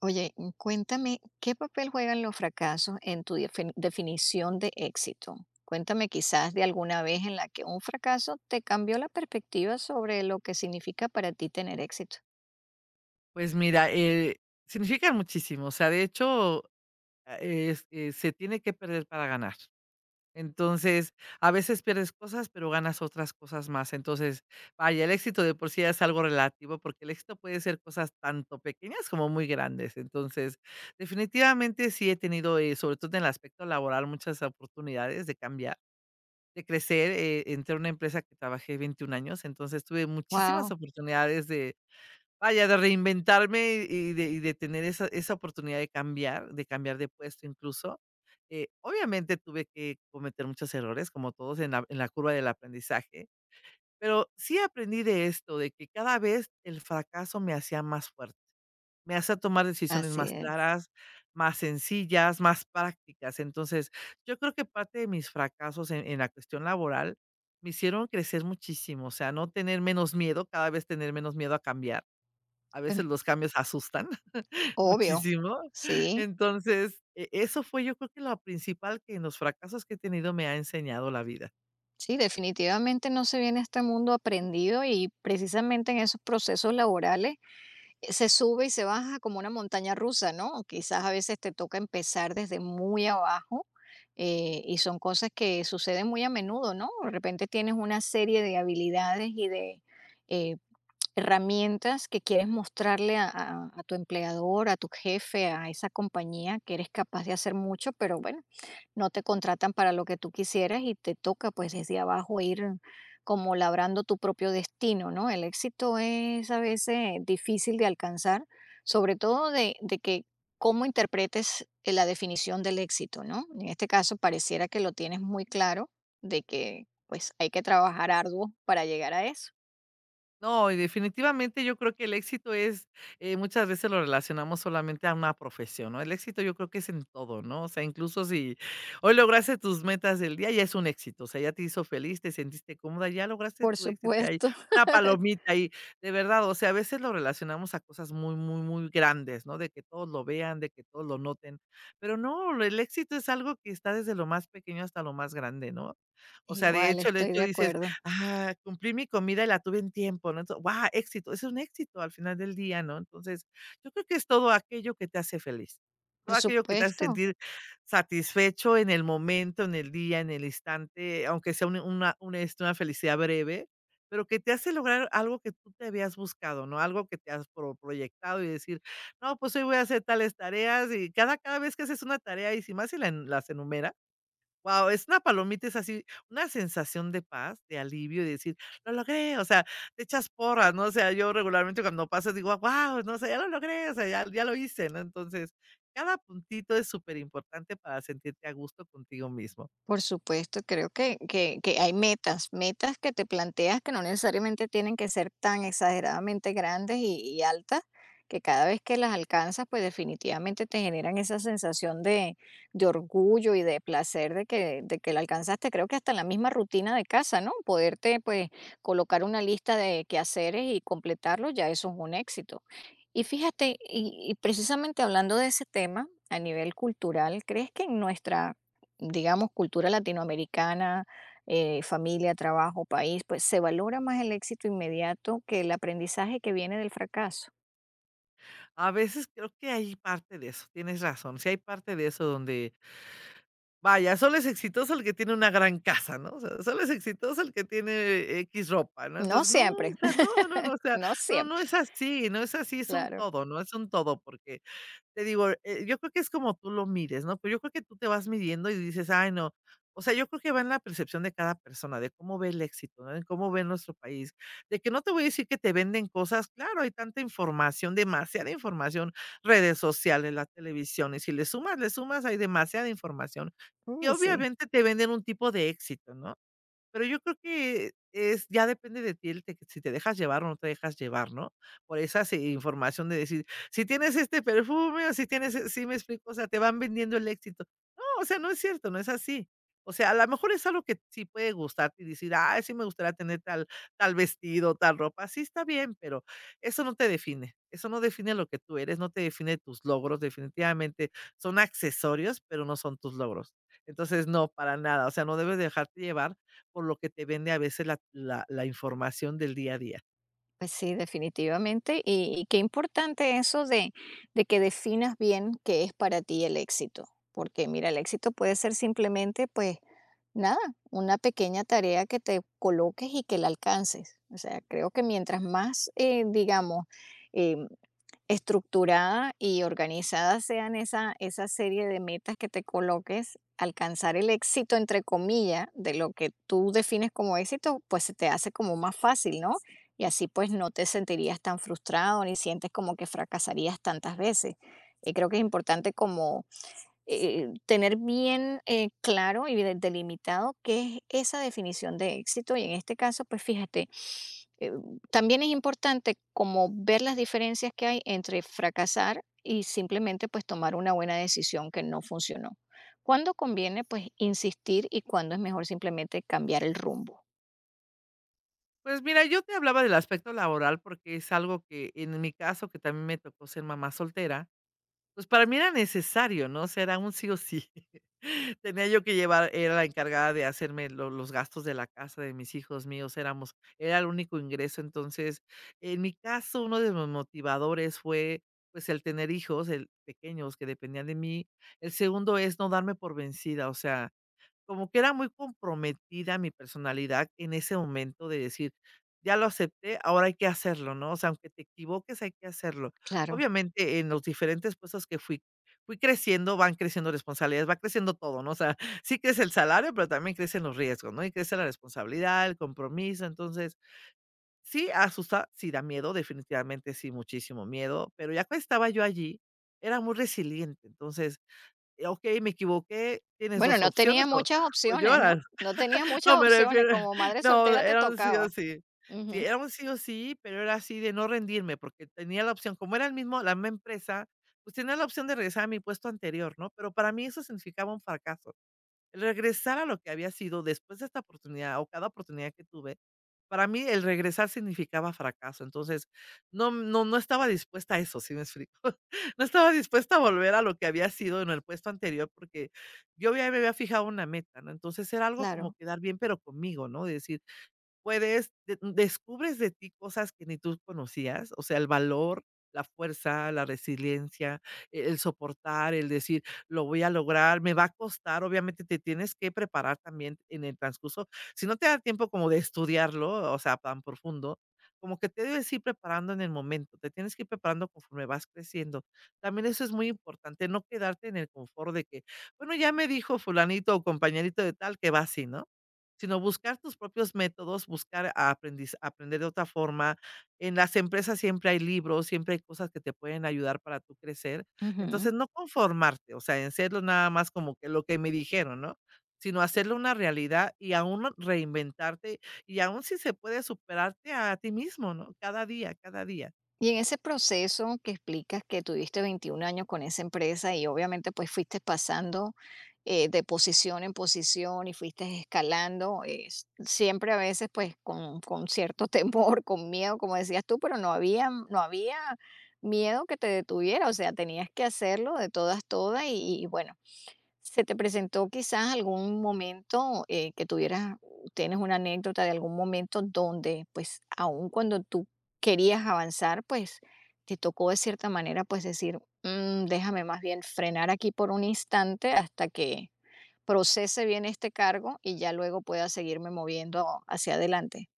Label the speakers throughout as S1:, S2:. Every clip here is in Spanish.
S1: Oye, cuéntame, ¿qué papel juegan los fracasos en tu definición de éxito? Cuéntame quizás de alguna vez en la que un fracaso te cambió la perspectiva sobre lo que significa para ti tener éxito.
S2: Pues mira, significan muchísimo. O sea, de hecho, es se tiene que perder para ganar. Entonces, a veces pierdes cosas, pero ganas otras cosas más. Entonces, vaya, el éxito de por sí ya es algo relativo, porque el éxito puede ser cosas tanto pequeñas como muy grandes. Entonces, definitivamente sí he tenido, sobre todo en el aspecto laboral, muchas oportunidades de cambiar, de crecer. Entré a una empresa que trabajé 21 años, entonces tuve muchísimas
S1: Wow,
S2: oportunidades de vaya, de reinventarme y de tener esa oportunidad de cambiar, de cambiar de puesto incluso. Obviamente tuve que cometer muchos errores, como todos en la curva del aprendizaje, pero sí aprendí de esto, de que cada vez el fracaso me hacía más fuerte, me hacía tomar decisiones
S1: así
S2: más
S1: es.
S2: claras, más sencillas, más prácticas. Entonces, yo creo que parte de mis fracasos en la cuestión laboral me hicieron crecer muchísimo, o sea, no tener menos miedo, cada vez tener menos miedo a cambiar. A
S1: Pues,
S2: veces los cambios asustan
S1: obvio,
S2: muchísimo.
S1: sí,
S2: Entonces, eso fue yo creo que lo principal que en los fracasos que he tenido me ha enseñado la vida.
S1: sí, definitivamente no se viene a este mundo aprendido y precisamente en esos procesos laborales se sube y se baja como una montaña rusa, ¿no? Quizás a veces te toca empezar desde muy abajo. Y son cosas que suceden muy a menudo, ¿no? De repente tienes una serie de habilidades y de eh, herramientas que quieres mostrarle a tu empleador, a tu jefe, a esa compañía, que eres capaz de hacer mucho, pero bueno, no te contratan para lo que tú quisieras y te toca pues desde abajo ir como labrando tu propio destino, ¿no? El éxito es a veces difícil de alcanzar, sobre todo de que cómo interpretes la definición del éxito, ¿no? En este caso pareciera que lo tienes muy claro de que pues hay que trabajar arduo para llegar a eso.
S2: No, y definitivamente yo creo que el éxito es, muchas veces lo relacionamos solamente a una profesión, ¿no? El éxito yo creo que es en todo, ¿no? O sea, incluso si hoy lograste tus metas del día, ya es un éxito, o sea, ya te hizo feliz, te sentiste cómoda, ya lograste
S1: Por
S2: tu éxito, hay
S1: supuesto.
S2: una palomita ahí, de verdad, o sea, a veces lo relacionamos a cosas muy, muy, muy grandes, ¿no? De que todos lo vean, de que todos lo noten, pero no, el éxito es algo que está desde lo más pequeño hasta lo más grande, ¿no? O sea, de
S1: Igual,
S2: hecho, el
S1: estoy de
S2: hecho dices,
S1: acuerdo.
S2: ajá, cumplí mi comida y la tuve en tiempo, ¿no? Ento guau, éxito, es un éxito al final del día, ¿no? Entonces, yo creo que es todo aquello que te hace feliz,
S1: Por
S2: todo aquello que te hace
S1: supuesto.
S2: sentir satisfecho en el momento, en el día, en el instante, aunque sea un una un, este, una felicidad breve, pero que te hace lograr algo que tú te habías buscado, ¿no? Algo que te has proyectado y decir: "No, pues hoy voy a hacer tales tareas", y cada vez que haces una tarea, y si más si la en las enumeras, wow, es una palomita, es así, una sensación de paz, de alivio, y decir: "Lo logré", o sea, te echas porras, ¿no? O sea, yo regularmente cuando pasa digo: wow, no sé, "ya lo logré", o sea, ya lo hice, ¿no? Entonces, cada puntito es súper importante para sentirte a gusto contigo mismo.
S1: Por supuesto, creo que que hay metas, metas que te planteas que no necesariamente tienen que ser tan exageradamente grandes y altas, que cada vez que las alcanzas, pues, definitivamente te generan esa sensación de orgullo y de placer de que la alcanzaste. Creo que hasta en la misma rutina de casa, ¿no? Poderte, pues, colocar una lista de quehaceres y completarlo, ya eso es un éxito. Y fíjate, y precisamente hablando de ese tema, a nivel cultural, ¿crees que en nuestra, digamos, cultura latinoamericana, familia, trabajo, país, pues se valora más el éxito inmediato que el aprendizaje que viene del fracaso?
S2: A veces creo que hay parte de eso, tienes razón, sí hay parte de eso donde vaya, solo es exitoso el que tiene una gran casa, ¿no? O sea, solo es exitoso el que tiene x ropa, ¿no?
S1: No
S2: Entonces, no, o
S1: siempre,
S2: sea, no, no, no, o sea,
S1: no
S2: no, no
S1: siempre,
S2: es así, no es así, es un
S1: claro.
S2: todo, ¿no? Es un todo, porque te digo, yo creo que es como tú lo mires, ¿no? Pero yo creo que tú te vas midiendo y dices: "Ay, no". O sea, yo creo que va en la percepción de cada persona, de cómo ve el éxito, ¿no? En cómo ve nuestro país. De que no te voy a decir que te venden cosas, claro, hay tanta información, demasiada información, redes sociales, la televisión, y si le sumas, le sumas, hay demasiada información, que
S1: Uy, sí.
S2: obviamente te venden un tipo de éxito, ¿no? Pero yo creo que es ya depende de ti el te si te dejas llevar o no te dejas llevar, ¿no? Por esa información de decir, si tienes este perfume o si tienes sí me explico, o sea, te van vendiendo el éxito. No, o sea, no es cierto, no es así. O sea, a lo mejor es algo que sí puede gustarte y decir: ah sí me gustaría tener tal vestido, tal ropa". Sí, está bien, pero eso no te define. Eso no define lo que tú eres, no te define tus logros, definitivamente son accesorios, pero no son tus logros. Entonces, no, para nada, o sea, no debes dejarte llevar por lo que te vende a veces la información del día a día.
S1: Pues sí, definitivamente. Y qué importante eso de que definas bien qué es para ti el éxito. Porque mira, el éxito puede ser simplemente, pues, nada, una pequeña tarea que te coloques y que la alcances. O sea, creo que mientras más, digamos, em, estructurada y organizada sean esa, esa serie de metas que te coloques, alcanzar el éxito, entre comillas, de lo que tú defines como éxito, pues se te hace como más fácil, ¿no? Y así pues no te sentirías tan frustrado ni sientes como que fracasarías tantas veces. Y creo que es importante como tener bien claro y delimitado qué es esa definición de éxito. Y en este caso, pues fíjate, eh, también es importante como ver las diferencias que hay entre fracasar y simplemente pues tomar una buena decisión que no funcionó. ¿Cuándo conviene pues insistir y cuándo es mejor simplemente cambiar el rumbo?
S2: Pues mira, yo te hablaba del aspecto laboral, porque es algo que en mi caso, que también me tocó ser mamá soltera, pues para mí era necesario, ¿no? O sea, era un sí o sí. Tenía yo que llevar era la encargada de hacerme lo los gastos de la casa, de mis hijos míos, éramos era el único ingreso. Entonces, en mi caso, uno de los motivadores fue, pues, el tener hijos, el pequeños que dependían de mí. El segundo es no darme por vencida, o sea, como que era muy comprometida mi personalidad en ese momento de decir: "Ya lo acepté, ahora hay que hacerlo", ¿no? O sea, aunque te equivoques, hay que hacerlo.
S1: Claro.
S2: Obviamente, en los diferentes puestos que fui creciendo, van creciendo responsabilidades, va creciendo todo, ¿no? O sea, sí crece el salario, pero también crecen los riesgos, ¿no? Y crece la responsabilidad, el compromiso. Entonces, sí asusta, sí da miedo, definitivamente sí, muchísimo miedo, pero ya que estaba yo allí, era muy resiliente. Entonces, okey, me equivoqué, tienes
S1: Bueno,
S2: 2
S1: no
S2: opciones,
S1: tenía muchas
S2: o
S1: opciones, ¿no?
S2: lloras.
S1: No tenía muchas
S2: No, me
S1: opciones,
S2: refiero
S1: como madre
S2: no,
S1: soltera te
S2: era un sí o
S1: tocaba.
S2: sí. Sí,
S1: Ujú.
S2: era un sí o sí, pero era así de no rendirme, porque tenía la opción, como era el mismo la misma empresa, pues tenía la opción de regresar a mi puesto anterior, ¿no? Pero para mí eso significaba un fracaso. El regresar a lo que había sido después de esta oportunidad o cada oportunidad que tuve para mí, el regresar significaba fracaso, entonces, no estaba dispuesta a eso, ¿sí me explico? No estaba dispuesta a volver a lo que había sido en el puesto anterior, porque yo ya me había fijado una meta, ¿no? Entonces, era algo
S1: Claro.
S2: como quedar bien, pero conmigo, ¿no? De decir, puedes de descubres de ti cosas que ni tú conocías, o sea, el valor, la fuerza, la resiliencia, el soportar, el decir: "Lo voy a lograr, me va a costar", obviamente te tienes que preparar también en el transcurso. Si no te da tiempo como de estudiarlo, o sea, tan profundo, como que te debes ir preparando en el momento, te tienes que ir preparando conforme vas creciendo. También eso es muy importante, no quedarte en el confort de que: "Bueno, ya me dijo fulanito o compañerito de tal que va así", ¿no? Sino buscar tus propios métodos, buscar a aprender de otra forma. En las empresas siempre hay libros, siempre hay cosas que te pueden ayudar para tú crecer.
S1: Ujú.
S2: Entonces, no conformarte, o sea, en serlo nada más como que lo que me dijeron, ¿no? Sino hacerlo una realidad y aún no reinventarte y aún si se puede superarte a ti mismo, ¿no? Cada día, cada día.
S1: Y en ese proceso que explicas que tuviste 21 años con esa empresa y obviamente pues fuiste pasando, de posición en posición, y fuiste escalando, siempre a veces pues con cierto temor, con miedo, como decías tú, pero no había, no había miedo que te detuviera, o sea, tenías que hacerlo de todas, todas. Y bueno, ¿se te presentó quizás algún momento que tuvieras, tienes una anécdota de algún momento donde, pues, aun cuando tú querías avanzar, pues, te tocó de cierta manera, pues, decir: "Mm, déjame más bien frenar aquí por un instante hasta que procese bien este cargo y ya luego pueda seguirme moviendo hacia adelante"?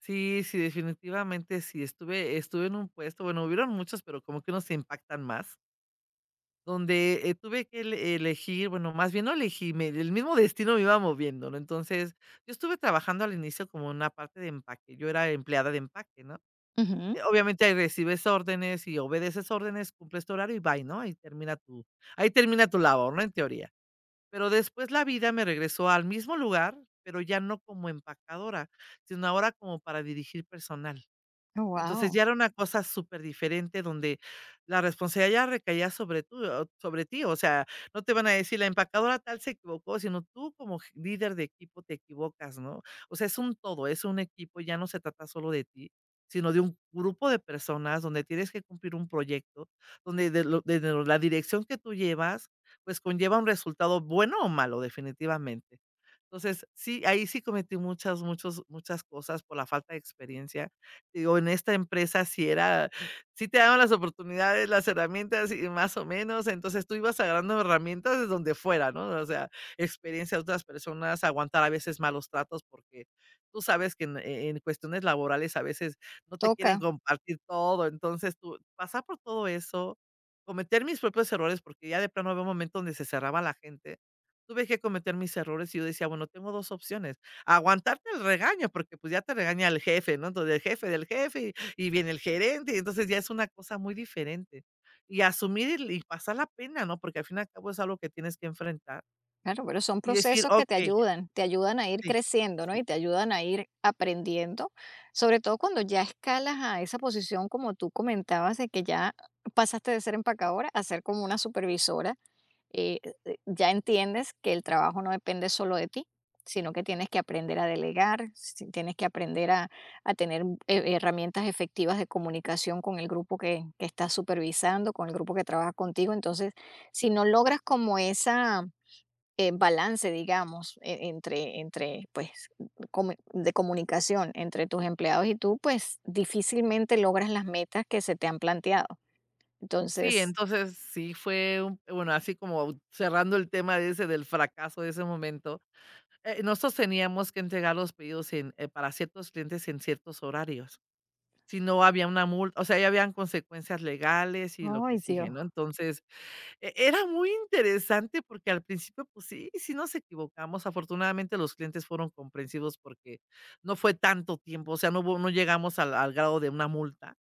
S2: Sí, sí, definitivamente sí. Estuve, estuve en un puesto, bueno, hubieron muchos, pero como que unos se impactan más. Donde, tuve que elegir, bueno, más bien no elegí, me el mismo destino me iba moviendo, ¿no? Entonces, yo estuve trabajando al inicio como una parte de empaque, yo era empleada de empaque, ¿no? Obviamente, ahí recibes órdenes y obedeces órdenes, cumples tu horario y bye, ¿no? Ahí termina tu labor, ¿no? En teoría. Pero después la vida me regresó al mismo lugar, pero ya no como empacadora, sino ahora como para dirigir personal. Entonces,
S1: Wow,
S2: ya era una cosa súper diferente donde la responsabilidad ya recaía sobre tú, o sobre ti, o sea, no te van a decir: "La empacadora tal se equivocó", sino tú como je líder de equipo te equivocas, ¿no? O sea, es un todo, es un equipo, ya no se trata solo de ti, sino de un grupo de personas donde tienes que cumplir un proyecto, donde de lo de la dirección que tú llevas, pues, conlleva un resultado bueno o malo, definitivamente. Entonces, sí, ahí sí cometí muchas cosas por la falta de experiencia. Digo, en esta empresa sí te daban las oportunidades, las herramientas y más o menos, entonces tú ibas agarrando herramientas de donde fuera, ¿no? O sea, experiencia de otras personas, aguantar a veces malos tratos, porque tú sabes que en cuestiones laborales a veces no te quieren
S1: toca.
S2: compartir todo, entonces tú pasar por todo eso, cometer mis propios errores, porque ya de plano había un momento donde se cerraba la gente. Tuve que cometer mis errores y yo decía, bueno, tengo 2 opciones. Aguantarte el regaño, porque, pues, ya te regaña el jefe, ¿no? Entonces, el jefe del jefe, y viene el gerente, y entonces ya es una cosa muy diferente. Y asumir y pasar la pena, ¿no? Porque al fin y al cabo es algo que tienes que enfrentar
S1: Claro, pero son
S2: y decir:
S1: procesos que
S2: "Okey,
S1: te ayudan a ir
S2: sí,
S1: creciendo, ¿no?
S2: sí".
S1: Y te ayudan a ir aprendiendo, sobre todo cuando ya escalas a esa posición, como tú comentabas, de que ya pasaste de ser empacadora a ser como una supervisora. Ya entiendes que el trabajo no depende solo de ti, sino que tienes que aprender a delegar, tienes que aprender a tener herramientas efectivas de comunicación con el grupo que estás supervisando, con el grupo que trabaja contigo. Entonces, si no logras como esa balance, digamos, entre, entre, pues, de comunicación entre tus empleados y tú, pues difícilmente logras las metas que se te han planteado.
S2: Sí,
S1: Entonces,
S2: entonces sí fue un bueno, así como cerrando el tema de ese del fracaso de ese momento, nosotros teníamos que entregar los pedidos en, para ciertos clientes en ciertos horarios. Si no había una multa, o sea, ya habían consecuencias legales y lo que
S1: ay Dios,
S2: sigue, ¿no? Entonces, era muy interesante porque al principio, pues sí, sí nos equivocamos. Afortunadamente, los clientes fueron comprensivos porque no fue tanto tiempo, o sea, no llegamos al grado de una multa.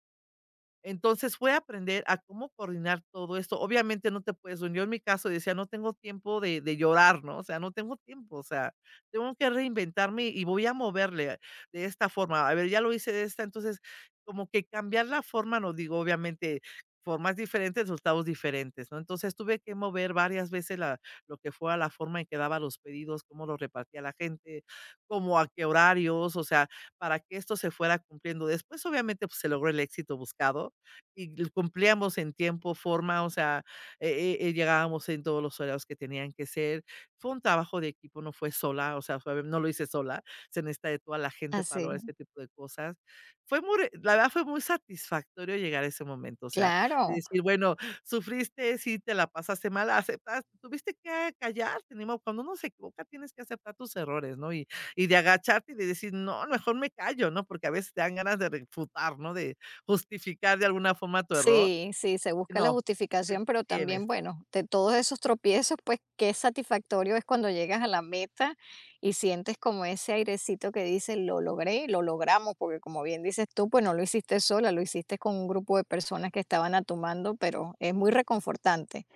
S2: Entonces, fue aprender a cómo coordinar todo esto. Obviamente, no te puedes yo en mi caso decía: "No tengo tiempo de llorar", ¿no? O sea, no tengo tiempo, o sea, tengo que reinventarme y voy a moverle de esta forma. A ver, ya lo hice de esta, entonces, como que cambiar la forma, no digo, obviamente, formas diferentes, resultados diferentes, ¿no? Entonces, tuve que mover varias veces la lo que fuera la forma en que daba los pedidos, cómo los repartía la gente, cómo, a qué horarios, o sea, para que esto se fuera cumpliendo. Después, obviamente, pues, se logró el éxito buscado y l cumplíamos en tiempo, forma, o sea, llegábamos en todos los horarios que tenían que ser. Fue un trabajo de equipo, no fue sola, o sea, fue no lo hice sola, se necesita de toda la gente para lograr
S1: así,
S2: este tipo de cosas. Fue muy re La verdad fue muy satisfactorio llegar a ese momento, o sea, de
S1: claro.
S2: decir, bueno, sufriste, sí, te la pasaste mal, aceptaste, tuviste que callarte, ni modo, cuando uno se equivoca tienes que aceptar tus errores, ¿no? Y de agacharte y de decir: "No, mejor me callo", ¿no? Porque a veces te dan ganas de refutar, ¿no? De justificar de alguna forma tu error,
S1: Sí, sí, se busca la
S2: no, ¿qué
S1: justificación, pero también,
S2: tienes?
S1: bueno, de todos esos tropiezos, pues qué satisfactorio es cuando llegas a la meta y sientes como ese airecito que dice, lo logré, lo logramos, porque como bien dices tú, pues no lo hiciste sola, lo hiciste con un grupo de personas que estaban a tu mando, pero es muy reconfortante.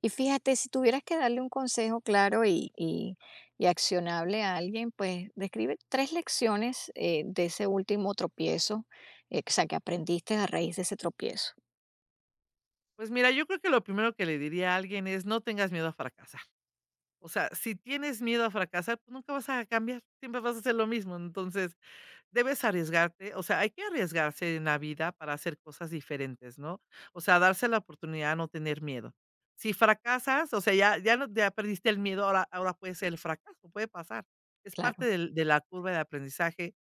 S1: Y fíjate, si tuvieras que darle un consejo claro y y accionable a alguien, pues describe 3 lecciones de ese último tropiezo, o sea, que aprendiste a raíz de ese tropiezo.
S2: Pues mira, yo creo que lo primero que le diría a alguien es: "No tengas miedo a fracasar". O sea, si tienes miedo a fracasar, pues nunca vas a cambiar, siempre vas a hacer lo mismo. Entonces, debes arriesgarte, o sea, hay que arriesgarse en la vida para hacer cosas diferentes, ¿no? O sea, darse la oportunidad, no tener miedo. Si fracasas, o sea, ya, ya, no, ya perdiste el miedo, ahora, ahora puede ser el fracaso, puede pasar. Es
S1: Claro,
S2: parte del- de la curva de aprendizaje.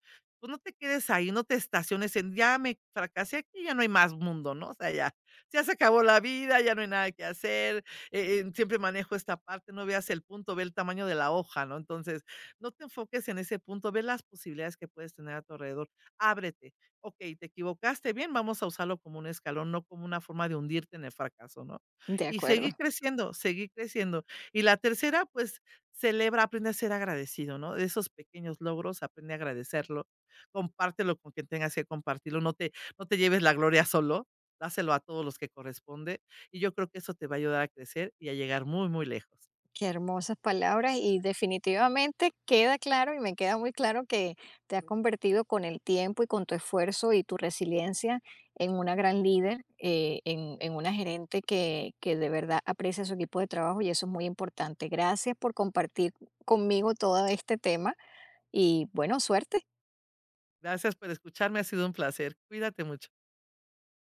S2: Tú no te quedes ahí, no te estaciones en, ya me fracasé aquí, ya no hay más mundo, ¿no? O sea, ya, ya se acabó la vida, ya no hay nada que hacer, siempre manejo esta parte, no veas el punto, ve el tamaño de la hoja, ¿no? Entonces, no te enfoques en ese punto, ve las posibilidades que puedes tener a tu alrededor, ábrete. Ok, te equivocaste, bien, vamos a usarlo como un escalón, no como una forma de hundirte en el fracaso, ¿no?
S1: de
S2: Y
S1: acuerdo.
S2: seguir creciendo, seguir creciendo. Y la tercera, pues, celebra, aprende a ser agradecido, ¿no? De esos pequeños logros, aprende a agradecerlo, compártelo con quien tengas que compartirlo, no te, no te lleves la gloria solo, dáselo a todos los que corresponde. Y yo creo que eso te va a ayudar a crecer y a llegar muy, muy lejos.
S1: Qué hermosas palabras, y definitivamente queda claro y me queda muy claro que te has convertido con el tiempo y con tu esfuerzo y tu resiliencia en una gran líder, en una gerente que de verdad aprecia su equipo de trabajo, y eso es muy importante. Gracias por compartir conmigo todo este tema y bueno, suerte.
S2: Gracias por escucharme, ha sido un placer. Cuídate mucho.